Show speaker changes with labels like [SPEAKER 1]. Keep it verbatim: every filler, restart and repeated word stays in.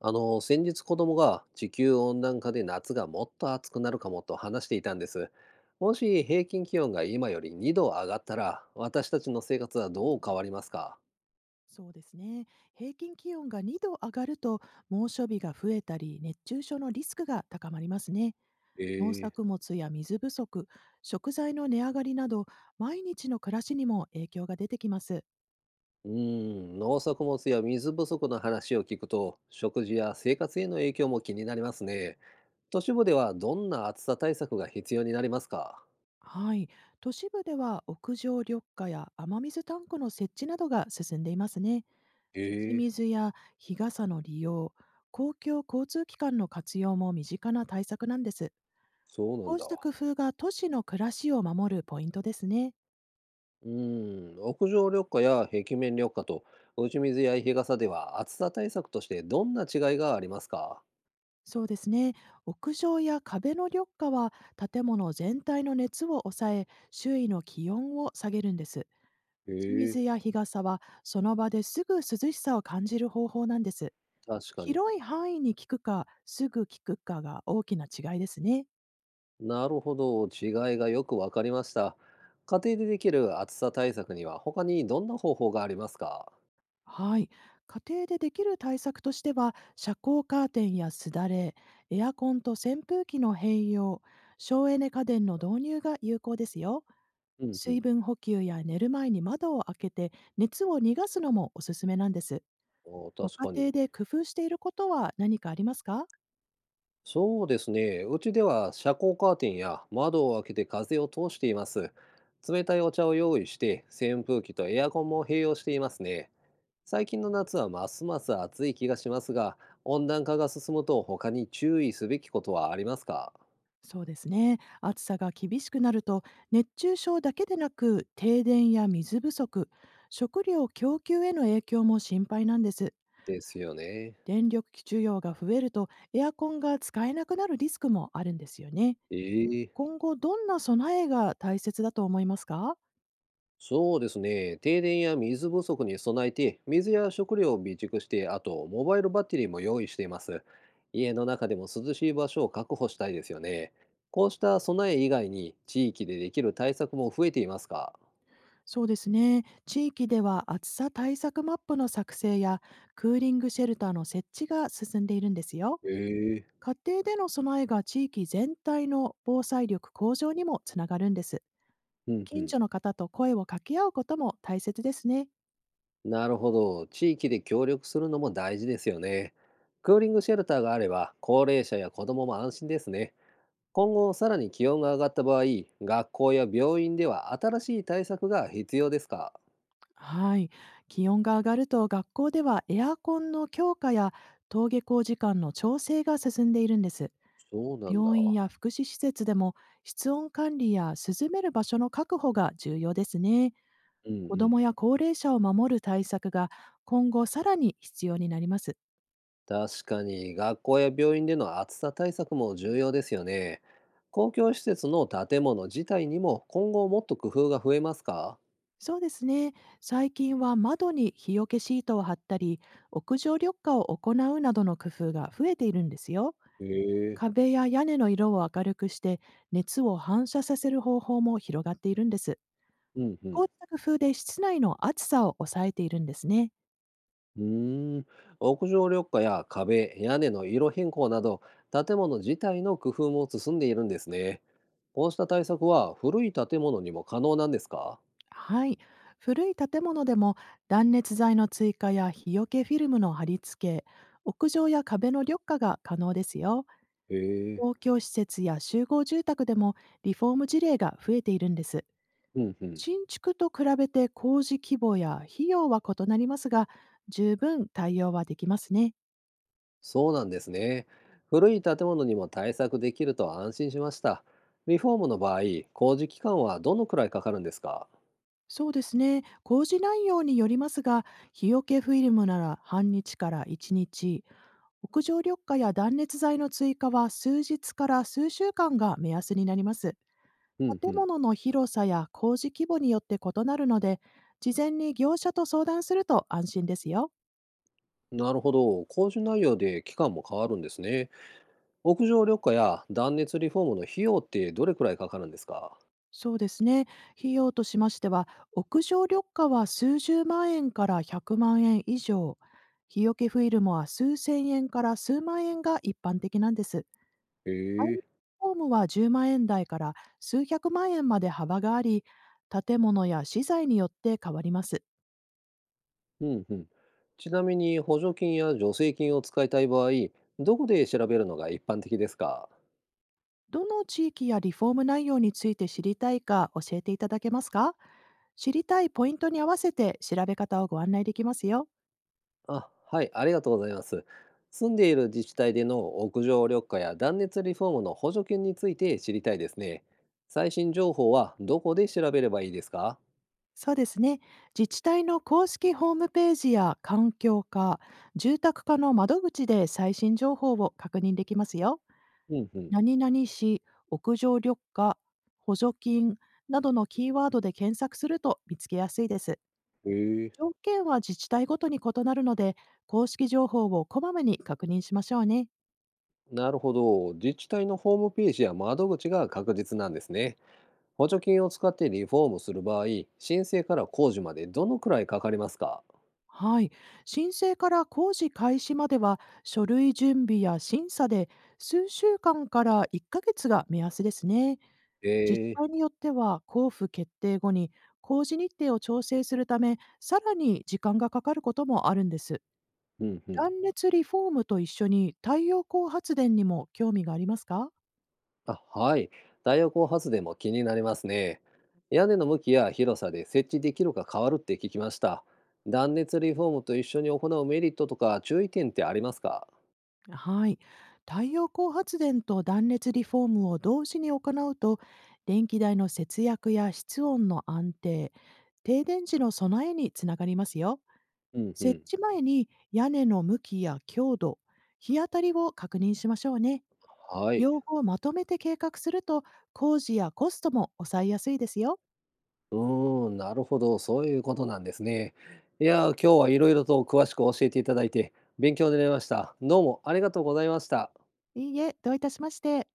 [SPEAKER 1] あの、先日子供が地球温暖化で夏がもっと暑くなるかもと話していたんです。もし平均気温が今よりにど上がったら、私たちの生活はどう変わりますか？
[SPEAKER 2] そうですね。平均気温がにど上がると猛暑日が増えたり熱中症のリスクが高まりますね。農
[SPEAKER 1] え
[SPEAKER 2] 作
[SPEAKER 1] え。
[SPEAKER 2] 物や水不足、食材の値上がりなど毎日の暮らしにも影響が出てきます。
[SPEAKER 1] うーん、農作物や水不足の話を聞くと、食事や生活への影響も気になりますね。都市部ではどんな暑さ対策が必要になりますか？
[SPEAKER 2] はい。都市部では屋上緑化や雨水タンクの設置などが進んでいますね。打ち
[SPEAKER 1] ええ。
[SPEAKER 2] 水や日傘の利用、公共交通機関の活用も身近な対策なんです。
[SPEAKER 1] そうな
[SPEAKER 2] こ
[SPEAKER 1] ん
[SPEAKER 2] う
[SPEAKER 1] だ。
[SPEAKER 2] した工夫が都市の暮らしを守るポイントですね。
[SPEAKER 1] うーん、屋上緑化や壁面緑化と打ち水や日傘では暑さ対策としてどんな違いがありますか？
[SPEAKER 2] そうですね。屋上や壁の緑化は建物全体の熱を抑え、周囲の気温を下げるんです。
[SPEAKER 1] へ
[SPEAKER 2] 打ち
[SPEAKER 1] え、
[SPEAKER 2] 水や日傘はその場ですぐ涼しさを感じる方法なんです。
[SPEAKER 1] 確かに。
[SPEAKER 2] 広い範囲に効くか、すぐ効くかが大きな違いですね。
[SPEAKER 1] なるほど。違いがよくわかりました。家庭でできる暑さ対策には他にどんな方法がありますか？
[SPEAKER 2] はい。家庭でできる対策としては、遮光カーテンやすだれ、エアコンと扇風機の併用、省エネ家電の導入が有効ですよ。
[SPEAKER 1] うんう
[SPEAKER 2] 水
[SPEAKER 1] ん。
[SPEAKER 2] 分補給や寝る前に窓を開けて熱を逃がすのもおすすめなんです。
[SPEAKER 1] お、
[SPEAKER 2] ご
[SPEAKER 1] 確
[SPEAKER 2] 家
[SPEAKER 1] か
[SPEAKER 2] 庭
[SPEAKER 1] に。
[SPEAKER 2] で工夫していることは何かありますか？
[SPEAKER 1] そうですね。うちでは遮光カーテンや窓を開けて風を通しています。冷たいお茶を用意して扇風機とエアコンも併用していますね。最近の夏はますます暑い気がしますが、温暖化が進むと他に注意すべきことはありますか？
[SPEAKER 2] そうですね。暑さが厳しくなると熱中症だけでなく停電や水不足、食料供給への影響も心配なんです。
[SPEAKER 1] ですよね。
[SPEAKER 2] 電力需要が増えるとエアコンが使えなくなるリスクもあるんですよね。
[SPEAKER 1] ええ。
[SPEAKER 2] 今後どんな備えが大切だと思いますか？
[SPEAKER 1] そうですね。停電や水不足に備えて、水や食料を備蓄して、あとモバイルバッテリーも用意しています。家の中でも涼しい場所を確保したいですよね。こうした備え以外に地域でできる対策も増えていますか？
[SPEAKER 2] そうですね。地域では暑さ対策マップの作成やクーリングシェルターの設置が進んでいるんですよ。
[SPEAKER 1] ええ。
[SPEAKER 2] 家庭での備えが地域全体の防災力向上にもつながるんです。
[SPEAKER 1] うんう
[SPEAKER 2] 近所
[SPEAKER 1] ん。
[SPEAKER 2] の方と声を掛け合うことも大切ですね。
[SPEAKER 1] なるほど。地域で協力するのも大事ですよね。クーリングシェルターがあれば、高齢者や子供もも安心ですね。今後、さらに気温が上がった場合、学校や病院では新しい対策が必要ですか？
[SPEAKER 2] はい。気温が上がると学校ではエアコンの強化や登下校時間の調整が進んでいるんです。
[SPEAKER 1] そうなんだ。
[SPEAKER 2] 病院や福祉施設でも室温管理や涼める場所の確保が重要ですね。
[SPEAKER 1] うんう
[SPEAKER 2] 子ども
[SPEAKER 1] ん。
[SPEAKER 2] や高齢者を守る対策が今後さらに必要になります。
[SPEAKER 1] 確かに、学校や病院での暑さ対策も重要ですよね。公共施設の建物自体にも今後もっと工夫が増えますか？
[SPEAKER 2] そうですね。最近は窓に日よけシートを貼ったり、屋上緑化を行うなどの工夫が増えているんですよ。
[SPEAKER 1] へえ。
[SPEAKER 2] 壁や屋根の色を明るくして、熱を反射させる方法も広がっているんです。
[SPEAKER 1] うんう
[SPEAKER 2] こう
[SPEAKER 1] ん。
[SPEAKER 2] した工夫で室内の暑さを抑えているんですね。
[SPEAKER 1] うーん、屋上緑化や壁、屋根の色変更など、建物自体の工夫も進んでいるんですね。こうした対策は古い建物にも可能なんですか？
[SPEAKER 2] はい。古い建物でも断熱材の追加や日よけフィルムの貼り付け、屋上や壁の緑化が可能ですよ。
[SPEAKER 1] へえ。
[SPEAKER 2] 公共施設や集合住宅でもリフォーム事例が増えているんです。
[SPEAKER 1] うんうん。
[SPEAKER 2] 新築と比べて工事規模や費用は異なりますが、十分対応はできますね。
[SPEAKER 1] そうなんですね。古い建物にも対策できると安心しました。リフォームの場合、工事期間はどのくらいかかるんですか？
[SPEAKER 2] そうですね。工事内容によりますが、日よけフィルムなら半日からいちにち、屋上緑化や断熱材の追加は数日から数週間が目安になります。
[SPEAKER 1] うんう
[SPEAKER 2] 建
[SPEAKER 1] ん。
[SPEAKER 2] 物の広さや工事規模によって異なるので、事前に業者と相談すると安心ですよ。
[SPEAKER 1] なるほど。工事内容で期間も変わるんですね。屋上緑化や断熱リフォームの費用ってどれくらいかかるんですか？
[SPEAKER 2] そうですね。費用としましては、屋上緑化は数十万円からひゃくまん円以上、日よけフィルムは数千円から数万円が一般的なんです。ラ
[SPEAKER 1] へ
[SPEAKER 2] ン
[SPEAKER 1] え。
[SPEAKER 2] ホームはじゅうまん円台から数百万円まで幅があり、建物や資材によって変わります。
[SPEAKER 1] うんうん。ちなみに補助金や助成金を使いたい場合、どこで調べるのが一般的ですか？
[SPEAKER 2] どの地域やリフォーム内容について知りたいか教えていただけますか？知りたいポイントに合わせて調べ方をご案内できますよ。
[SPEAKER 1] あ、はい、ありがとうございます。住んでいる自治体での屋上緑化や断熱リフォームの補助金について知りたいですね。最新情報はどこで調べればいいですか？
[SPEAKER 2] そうですね。自治体の公式ホームページや環境課、住宅課の窓口で最新情報を確認できますよ。
[SPEAKER 1] うんうん。
[SPEAKER 2] 何々市、屋上緑化、補助金などのキーワードで検索すると見つけやすいです。
[SPEAKER 1] へえ。
[SPEAKER 2] 条件は自治体ごとに異なるので、公式情報をこまめに確認しましょうね。
[SPEAKER 1] なるほど。自治体のホームページや窓口が確実なんですね。補助金を使ってリフォームする場合、申請から工事までどのくらいかかりますか？
[SPEAKER 2] はい。申請から工事開始までは、書類準備や審査で数週間からいっかげつが目安ですね。
[SPEAKER 1] え
[SPEAKER 2] 自治
[SPEAKER 1] え。
[SPEAKER 2] 体によっては、交付決定後に工事日程を調整するため、さらに時間がかかることもあるんです。
[SPEAKER 1] うんうん。
[SPEAKER 2] 断熱リフォームと一緒に太陽光発電にも興味がありますか？
[SPEAKER 1] あ、はい。太陽光発電も気になりますね。屋根の向きや広さで設置できるか変わるって聞きました。断熱リフォームと一緒に行うメリットとか注意点ってありますか？
[SPEAKER 2] はい。太陽光発電と断熱リフォームを同時に行うと、電気代の節約や室温の安定、停電時の備えにつながりますよ。
[SPEAKER 1] うんう
[SPEAKER 2] 設
[SPEAKER 1] ん。
[SPEAKER 2] 置前に屋根の向きや強度、日当たりを確認しましょうね。
[SPEAKER 1] はい。
[SPEAKER 2] 両方まとめて計画すると、工事やコストも抑えやすいですよ。
[SPEAKER 1] うーん、なるほど。そういうことなんですね。いやー、今日はいろいろと詳しく教えていただいて勉強になりました。どうもありがとうございました。
[SPEAKER 2] いいえ、どういたしまして。